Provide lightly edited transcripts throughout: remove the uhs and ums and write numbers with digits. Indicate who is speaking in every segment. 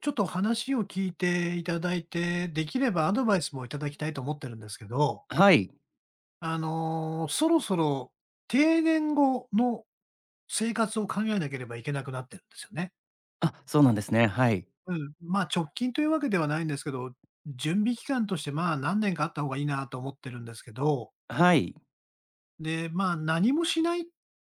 Speaker 1: ちょっと話を聞いていただいて、できればアドバイスもいただきたいと思ってるんですけど、
Speaker 2: はい。
Speaker 1: そろそろ定年後の生活を考えなければいけなくなってるんですよね。
Speaker 2: あ、そうなんですね。はい。
Speaker 1: うん。まあ、直近というわけではないんですけど、準備期間としてまあ何年かあった方がいいなと思ってるんですけど、
Speaker 2: はい。
Speaker 1: で、まあ何もしないっ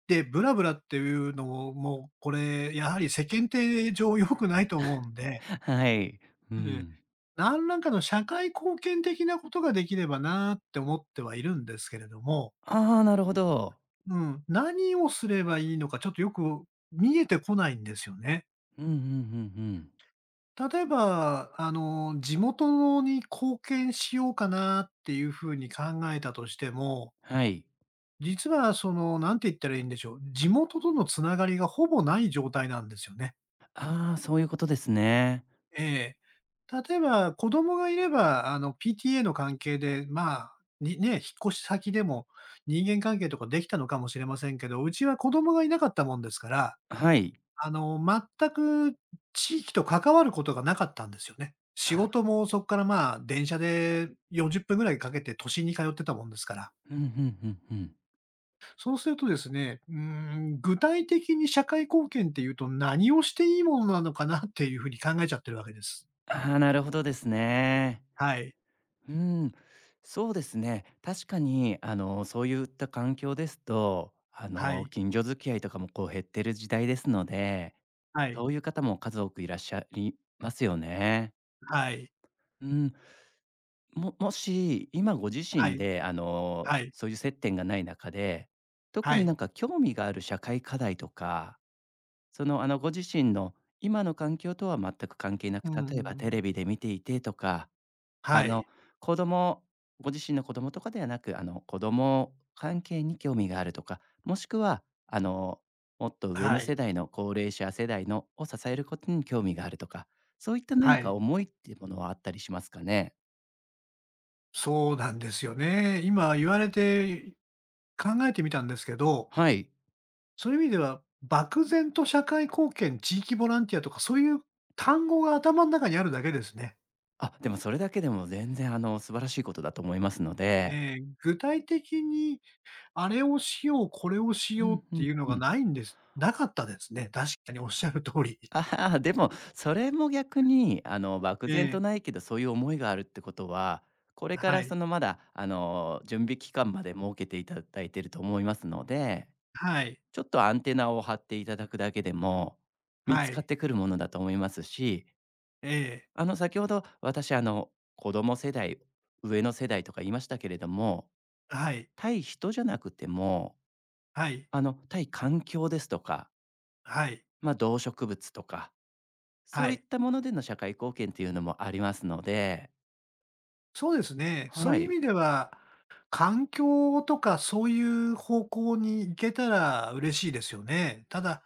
Speaker 1: てブラブラっていうのも、もうこれやはり世間体上良くないと思うんで、
Speaker 2: はい。う
Speaker 1: ええ、
Speaker 2: ん。
Speaker 1: 何らかの社会貢献的なことができればなって思ってはいるんですけれども、
Speaker 2: ああ、なるほど。
Speaker 1: うん、何をすればいいのかちょっとよく見えてこないんですよね。
Speaker 2: うんうんうんうん。
Speaker 1: 例えば、地元に貢献しようかなっていうふうに考えたとしても、
Speaker 2: はい。
Speaker 1: 実はその、なんて言ったらいいんでしょう、地元とのつながりがほぼない状態なんですよね。
Speaker 2: ああ、そういうことですね。
Speaker 1: ええ。例えば、子供がいれば、PTA の関係で、まあ、にね、引っ越し先でも人間関係とかできたのかもしれませんけど、うちは子供がいなかったもんですから、
Speaker 2: はい。
Speaker 1: あの、全く地域と関わることがなかったんですよね。仕事もそこから、まあ、電車で40分ぐらいかけて都心に通ってたもんですから。
Speaker 2: うんうんうんうん。
Speaker 1: そうするとですね、具体的に社会貢献っていうと何をしていいものなのかなっていうふうに考えちゃってるわけです。
Speaker 2: ああ、なるほどですね。
Speaker 1: はい。
Speaker 2: うん。そうですね。確かに、そういった環境ですと、
Speaker 1: はい。
Speaker 2: 近所付き合いとかも、こう、減ってる時代ですので、
Speaker 1: はい。
Speaker 2: そういう方も数多くいらっしゃりますよね。
Speaker 1: はい。
Speaker 2: うん。もし、今ご自
Speaker 1: は
Speaker 2: 身
Speaker 1: い。
Speaker 2: で、
Speaker 1: はい。
Speaker 2: そういう接点がない中で、特
Speaker 1: は
Speaker 2: にな
Speaker 1: い。
Speaker 2: んか興味がある社会課題とか、ご自身の今の環境とは全く関係な
Speaker 1: うー
Speaker 2: く、例えばテ
Speaker 1: ん。
Speaker 2: レビで見ていてとか、あ
Speaker 1: は
Speaker 2: の、
Speaker 1: い。
Speaker 2: 子供ご自身の子供とかではなく、子供関係に興味があるとか、もしくは、もっと上
Speaker 1: は
Speaker 2: の世
Speaker 1: い。
Speaker 2: 代の高齢者世代のを支えることに興味があるとか、そういった
Speaker 1: は
Speaker 2: 何か
Speaker 1: い。
Speaker 2: 思いっていうものはあったりしますかね？
Speaker 1: そうなんですよね。今言われて、考えてみたんですけど、
Speaker 2: はい。
Speaker 1: そういう意味では、漠然と社会貢献、地域ボランティアとかそういう単語が頭ん中にあるだけですね。
Speaker 2: あ、でもそれだけでも全然素晴らしいことだと思いますので。
Speaker 1: ええ、具体的にあれをしよう、これをし
Speaker 2: う
Speaker 1: ようっ
Speaker 2: んう
Speaker 1: て
Speaker 2: ん
Speaker 1: いうの
Speaker 2: う
Speaker 1: が
Speaker 2: ん。
Speaker 1: ないんです。なかったですね。確かにおっしゃる通り。
Speaker 2: ああ、でも、それも逆に漠
Speaker 1: え
Speaker 2: 然
Speaker 1: え、
Speaker 2: とないけど、そういう思いがあるってことは、これか
Speaker 1: は
Speaker 2: ら
Speaker 1: い。
Speaker 2: そのまだ準備期間まで設けていただいてると思いますので、
Speaker 1: はい。
Speaker 2: ちょっとアンテナを張っていただくだけでも、見
Speaker 1: は
Speaker 2: つかっ
Speaker 1: い。
Speaker 2: てくるものだと思いますし、
Speaker 1: ええ、
Speaker 2: 先ほど私子供世代、上の世代とか言いましたけれども、
Speaker 1: はい。
Speaker 2: 対人じゃなくても
Speaker 1: はい。
Speaker 2: 対環境ですとか、
Speaker 1: はい。
Speaker 2: まあ、動植物とか、
Speaker 1: は
Speaker 2: そういっ
Speaker 1: い。
Speaker 2: たものでの社会貢献っていうのもありますので、
Speaker 1: そうですね。そう
Speaker 2: は
Speaker 1: いう意
Speaker 2: い。
Speaker 1: 味では、環境とかそういう方向に行けたら嬉しいですよね。ただ、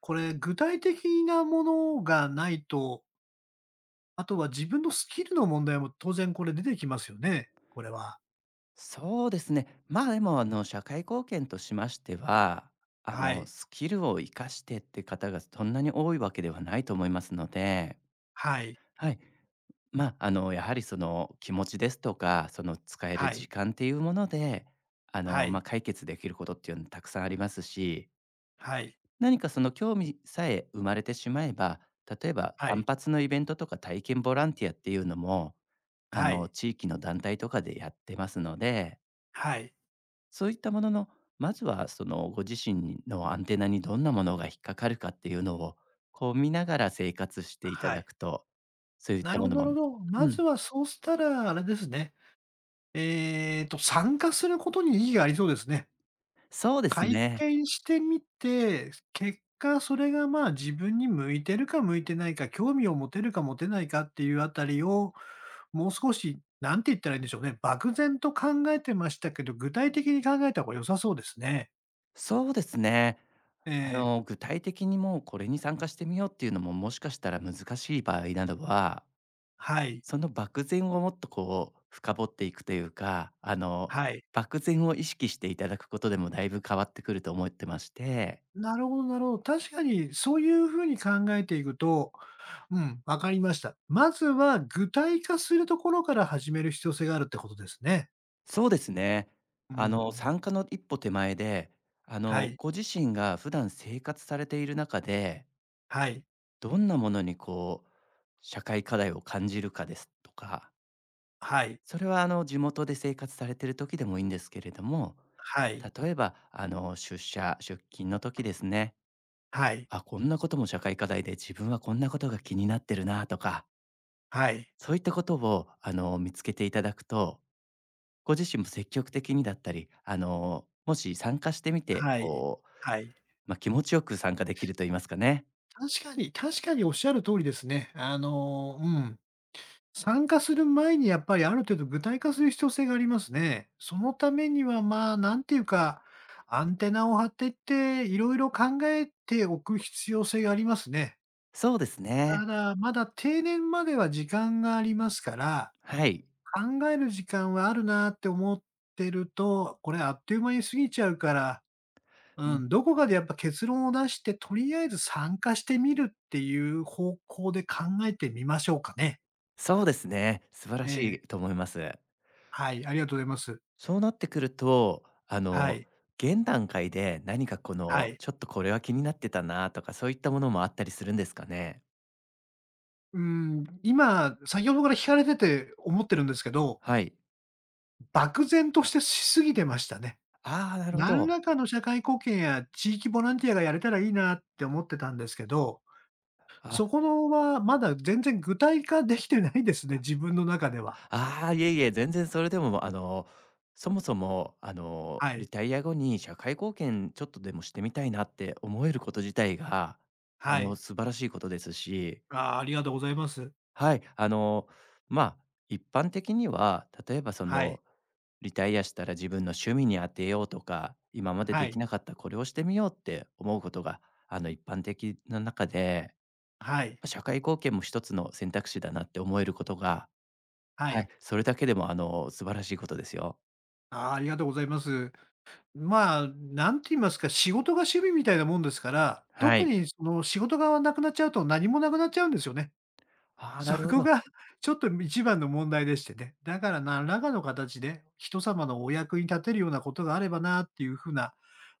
Speaker 1: これ具体的なものがないと、あとは自分のスキルの問題も当然これ出てきますよね、これは。
Speaker 2: そうですね。まあ、でも、社会貢献としましては、
Speaker 1: はい。
Speaker 2: スキルを生かしてって方がそんなに多いわけではないと思いますので、
Speaker 1: はい。
Speaker 2: はい。やはりその気持ちですとか、その使え
Speaker 1: は
Speaker 2: る時
Speaker 1: い。
Speaker 2: 間っていうもので、
Speaker 1: はい。
Speaker 2: 解決できることっていうのたくさんありますし、
Speaker 1: は
Speaker 2: 何かその興味さえ生まれてしまえば、例えば単
Speaker 1: い。
Speaker 2: 発のイベントとか体験ボランティアっていうのも、
Speaker 1: はい。はい。
Speaker 2: 地域の団体とかでやってますので、
Speaker 1: はい。
Speaker 2: そういったものの、まずはそのご自身のアンテナにどんなものが引っかかるかっていうのを、こう見ながら生活していた
Speaker 1: は
Speaker 2: だ
Speaker 1: い。
Speaker 2: くと、そういっ
Speaker 1: な
Speaker 2: た
Speaker 1: る
Speaker 2: も
Speaker 1: ほど
Speaker 2: の
Speaker 1: なる
Speaker 2: も、
Speaker 1: ほど。ま
Speaker 2: う
Speaker 1: ず
Speaker 2: ん、
Speaker 1: はそうしたらあれですね。参加することに意義がありそうですね。
Speaker 2: そうです
Speaker 1: 会
Speaker 2: ね。
Speaker 1: 見してみて、結果それが、まあ、自分に向いてるか向いてないか、興味を持てるか持てないかっていうあたりを、もう少し、なんて言ったらいいんでしょうね、漠然と考えてましたけど、具体的に考えた方が良さそうですね。
Speaker 2: そうですね。
Speaker 1: ええ、
Speaker 2: 具体的にもうこれに参加してみようっていうのも、もしかしたら難しい場合などは
Speaker 1: はい、
Speaker 2: その漠然をもっとこう深掘っていくというか、
Speaker 1: はい。
Speaker 2: 漠然を意識していただくことでもだいぶ変わってくると思ってまして、
Speaker 1: なるほどなるほど。確かにそういうふうに考えていくと、うん、わかりました。まずは具体化するところから始める必要性があるってことですね。
Speaker 2: そうですね。
Speaker 1: うん。
Speaker 2: 参加の一歩手前で、
Speaker 1: はい、
Speaker 2: ご自身が普段生活されている中で、
Speaker 1: はい、
Speaker 2: どんなものにこう、社会課題を感じるかですとか、
Speaker 1: はい、
Speaker 2: それは地元で生活されている時でもいいんですけれども、
Speaker 1: はい。
Speaker 2: 例えば、出社、出勤の時ですね。
Speaker 1: はい。
Speaker 2: あ、こんなことも社会課題で自分はこんなことが気になってるなとか、
Speaker 1: はい。
Speaker 2: そういったことを見つけていただくと、ご自身も積極的にだったり、もし参加してみて、
Speaker 1: はい。
Speaker 2: こう、
Speaker 1: はい。
Speaker 2: まあ、気持ちよく参加できると言いますかね。
Speaker 1: 確かに確かにおっしゃる通りですね。うん。参加する前にやっぱりある程度具体化する必要性がありますね。そのためには、まあ、なんていうか、アンテナを張っていって、いろいろ考えておく必要性がありますね。
Speaker 2: そうです
Speaker 1: た
Speaker 2: ね。
Speaker 1: だ、まだ定年までは時間がありますから、
Speaker 2: はい。
Speaker 1: 考える時間はあるなって思ってると、これあっという間に過ぎちゃうから、
Speaker 2: う
Speaker 1: う
Speaker 2: ん、
Speaker 1: ん、どこかでやっぱ結論を出して、とりあえず参加してみるっていう方向で考えてみましょうかね。
Speaker 2: そうですね。素晴ら
Speaker 1: え
Speaker 2: し
Speaker 1: え。
Speaker 2: いと思います。
Speaker 1: はい、ありがとうございます。
Speaker 2: そうなってくると、
Speaker 1: はい、
Speaker 2: 現段階で何かこ
Speaker 1: は
Speaker 2: の、
Speaker 1: い。
Speaker 2: ちょっとこれは気になってたなとか、そういったものもあったりするんですかね？
Speaker 1: うーん、今、先ほどから聞かれてて思ってるんですけど、
Speaker 2: はい。
Speaker 1: 漠然としてしすぎてましたね。
Speaker 2: ああ、なるほ
Speaker 1: 何
Speaker 2: ど。
Speaker 1: らかの社会貢献や地域ボランティアがやれたらいいなって思ってたんですけど、
Speaker 2: あ、
Speaker 1: そこのはまだ全然具体化できてないですね、自分の中では。
Speaker 2: ああ、いえいえ、全然それでも、そもそも、
Speaker 1: はい、
Speaker 2: リタイア後に社会貢献ちょっとでもしてみたいなって思えること自体が、
Speaker 1: はい。
Speaker 2: 素晴らしいことですし、
Speaker 1: ああ、ありがとうございます。
Speaker 2: はい、まあ、一般的には、例えばそ
Speaker 1: はい。
Speaker 2: の、リタイアしたら自分の趣味に当てようとか、今まで
Speaker 1: は
Speaker 2: でき
Speaker 1: い。
Speaker 2: なかったこれをしてみようって思うことが、一般的な中で、
Speaker 1: はい。
Speaker 2: まあ社会貢献も一つの選択肢だなって思えることが、
Speaker 1: は
Speaker 2: はい、
Speaker 1: い。
Speaker 2: それだけでも、素晴らしいことですよ。
Speaker 1: ああ、ありがとうございます。まあ、なんて言いますか、仕事が趣味みたいなもんですから、
Speaker 2: は
Speaker 1: 特
Speaker 2: い。
Speaker 1: にその仕事がなくなっちゃうと何もなくなっちゃうんですよね。
Speaker 2: ああ、
Speaker 1: そ
Speaker 2: なるほ
Speaker 1: こ
Speaker 2: ど。
Speaker 1: がちょっと一番の問題でしてね。だから何らかの形で人様のお役に立てるようなことがあればなっていう風な、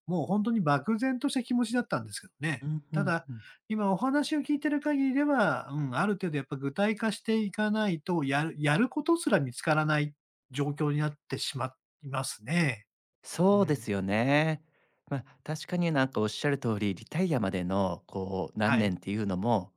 Speaker 1: もう本当に漠然とした気持ちだったんですけどね。
Speaker 2: うん、う
Speaker 1: た
Speaker 2: ん
Speaker 1: だ、
Speaker 2: うん。
Speaker 1: 今お話を聞いてる限りでは、うん、ある程度やっぱ具体化していかないと、やることすら見つからない状況になってしまいますね。う
Speaker 2: そうで
Speaker 1: ん。
Speaker 2: すよね。まあ、確かになんかおっしゃる通り、リタイアまでのこう何
Speaker 1: は
Speaker 2: 年
Speaker 1: い。
Speaker 2: っていうのも、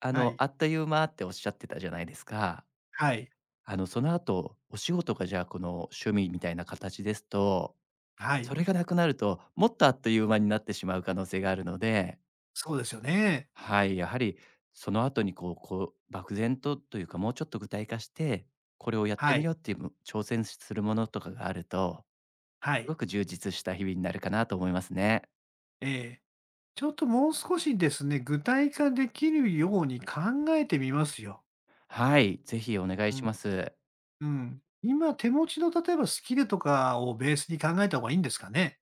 Speaker 1: はい。
Speaker 2: あっという間っておっしゃってたじゃないですか。
Speaker 1: はい。
Speaker 2: その後、お仕事がじゃあこの趣味みたいな形ですと、
Speaker 1: は
Speaker 2: そ
Speaker 1: い。
Speaker 2: れがなくなると、もっとあっという間になってしまう可能性があるので、
Speaker 1: そうですよね。
Speaker 2: はい、やはりその後にこう漠然とというか、もうちょっと具体化して、これをやって
Speaker 1: は
Speaker 2: み
Speaker 1: い。
Speaker 2: ようっていう挑戦するものとかがあると
Speaker 1: は
Speaker 2: す
Speaker 1: い。
Speaker 2: ごく充実した日々になるかなと思いますね。
Speaker 1: ええ。ちょっともう少しですね、具体化できるように考えてみますよ。
Speaker 2: はい、ぜひお願い
Speaker 1: う
Speaker 2: し
Speaker 1: ん。
Speaker 2: ます。
Speaker 1: うん。今、手持ちの例えばスキルとかをベースに考えた方がいいんですかね？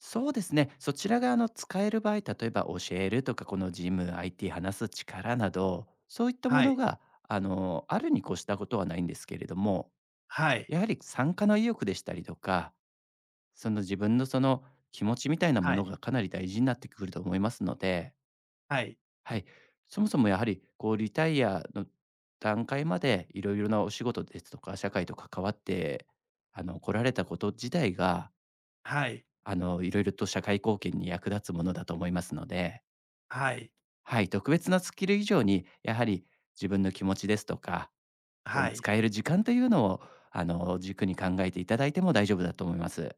Speaker 2: そうですね、そちら側の使える場合、例えば教えるとか、このジム、IT 話す力など、そういったも
Speaker 1: はい。
Speaker 2: のが、あるに越したことはないんですけれども、
Speaker 1: はい。
Speaker 2: やはり参加の意欲でしたりとか、その自分の気持ちみたいなも
Speaker 1: は
Speaker 2: の
Speaker 1: い。
Speaker 2: がかなり大事になってくると思いますので、
Speaker 1: はい。
Speaker 2: はい。そもそもやはり、こう、リタイアの段階までいろいろなお仕事ですとか、社会と関わって、来られたこと自体が、
Speaker 1: はい。
Speaker 2: いろいろと社会貢献に役立つものだと思いますので、
Speaker 1: はい。
Speaker 2: はい、特別なスキル以上に、やはり自分の気持ちですとか、そ
Speaker 1: は
Speaker 2: の
Speaker 1: い。
Speaker 2: 使える時間というのを、軸に考えていただいても大丈夫だと思います。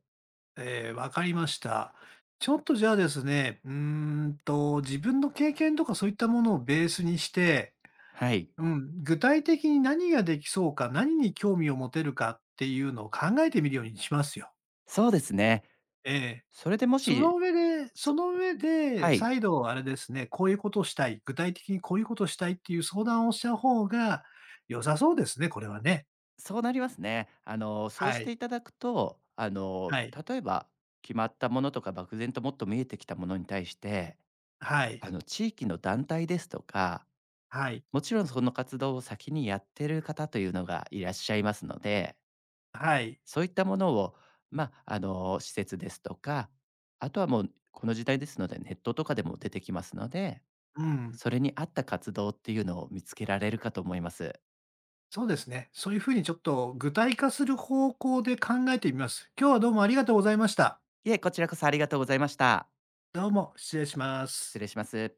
Speaker 1: えーわかりました。ちょっとじゃあですね、うーんと、自分の経験とかそういったものをベースにして、
Speaker 2: はい。
Speaker 1: うん、具体的に何ができそうか、何に興味を持てるかっていうのを考えてみるようにしますよ。
Speaker 2: そうですね。
Speaker 1: ええ。
Speaker 2: それでも
Speaker 1: その
Speaker 2: し、
Speaker 1: 上でそ
Speaker 2: そ
Speaker 1: の上で、
Speaker 2: はい。
Speaker 1: 再度あれですね、こういうことをしたい、具体的にこういうことをしたいっていう相談をした方が良さそうですね、これはね。
Speaker 2: そうなりますね。そう
Speaker 1: は
Speaker 2: して
Speaker 1: い。
Speaker 2: いただくと、
Speaker 1: はい。
Speaker 2: 例えば決まったものとか漠然ともっと見えてきたものに対して、
Speaker 1: はい。
Speaker 2: 地域の団体ですとか、
Speaker 1: はい。
Speaker 2: もちろんその活動を先にやってる方というのがいらっしゃいますので、
Speaker 1: はい。
Speaker 2: そういったものを、施設ですとか、あとはもうこの時代ですのでネットとかでも出てきますので、
Speaker 1: うん。
Speaker 2: それに合った活動っていうのを見つけられるかと思います。
Speaker 1: そうですね。そういうふうにちょっと具体化する方向で考えてみます。今日はどうもありがとうございました。
Speaker 2: いえ、こちらこそありがとうございました。
Speaker 1: どうも、失礼しま
Speaker 2: 失
Speaker 1: す。
Speaker 2: 礼します。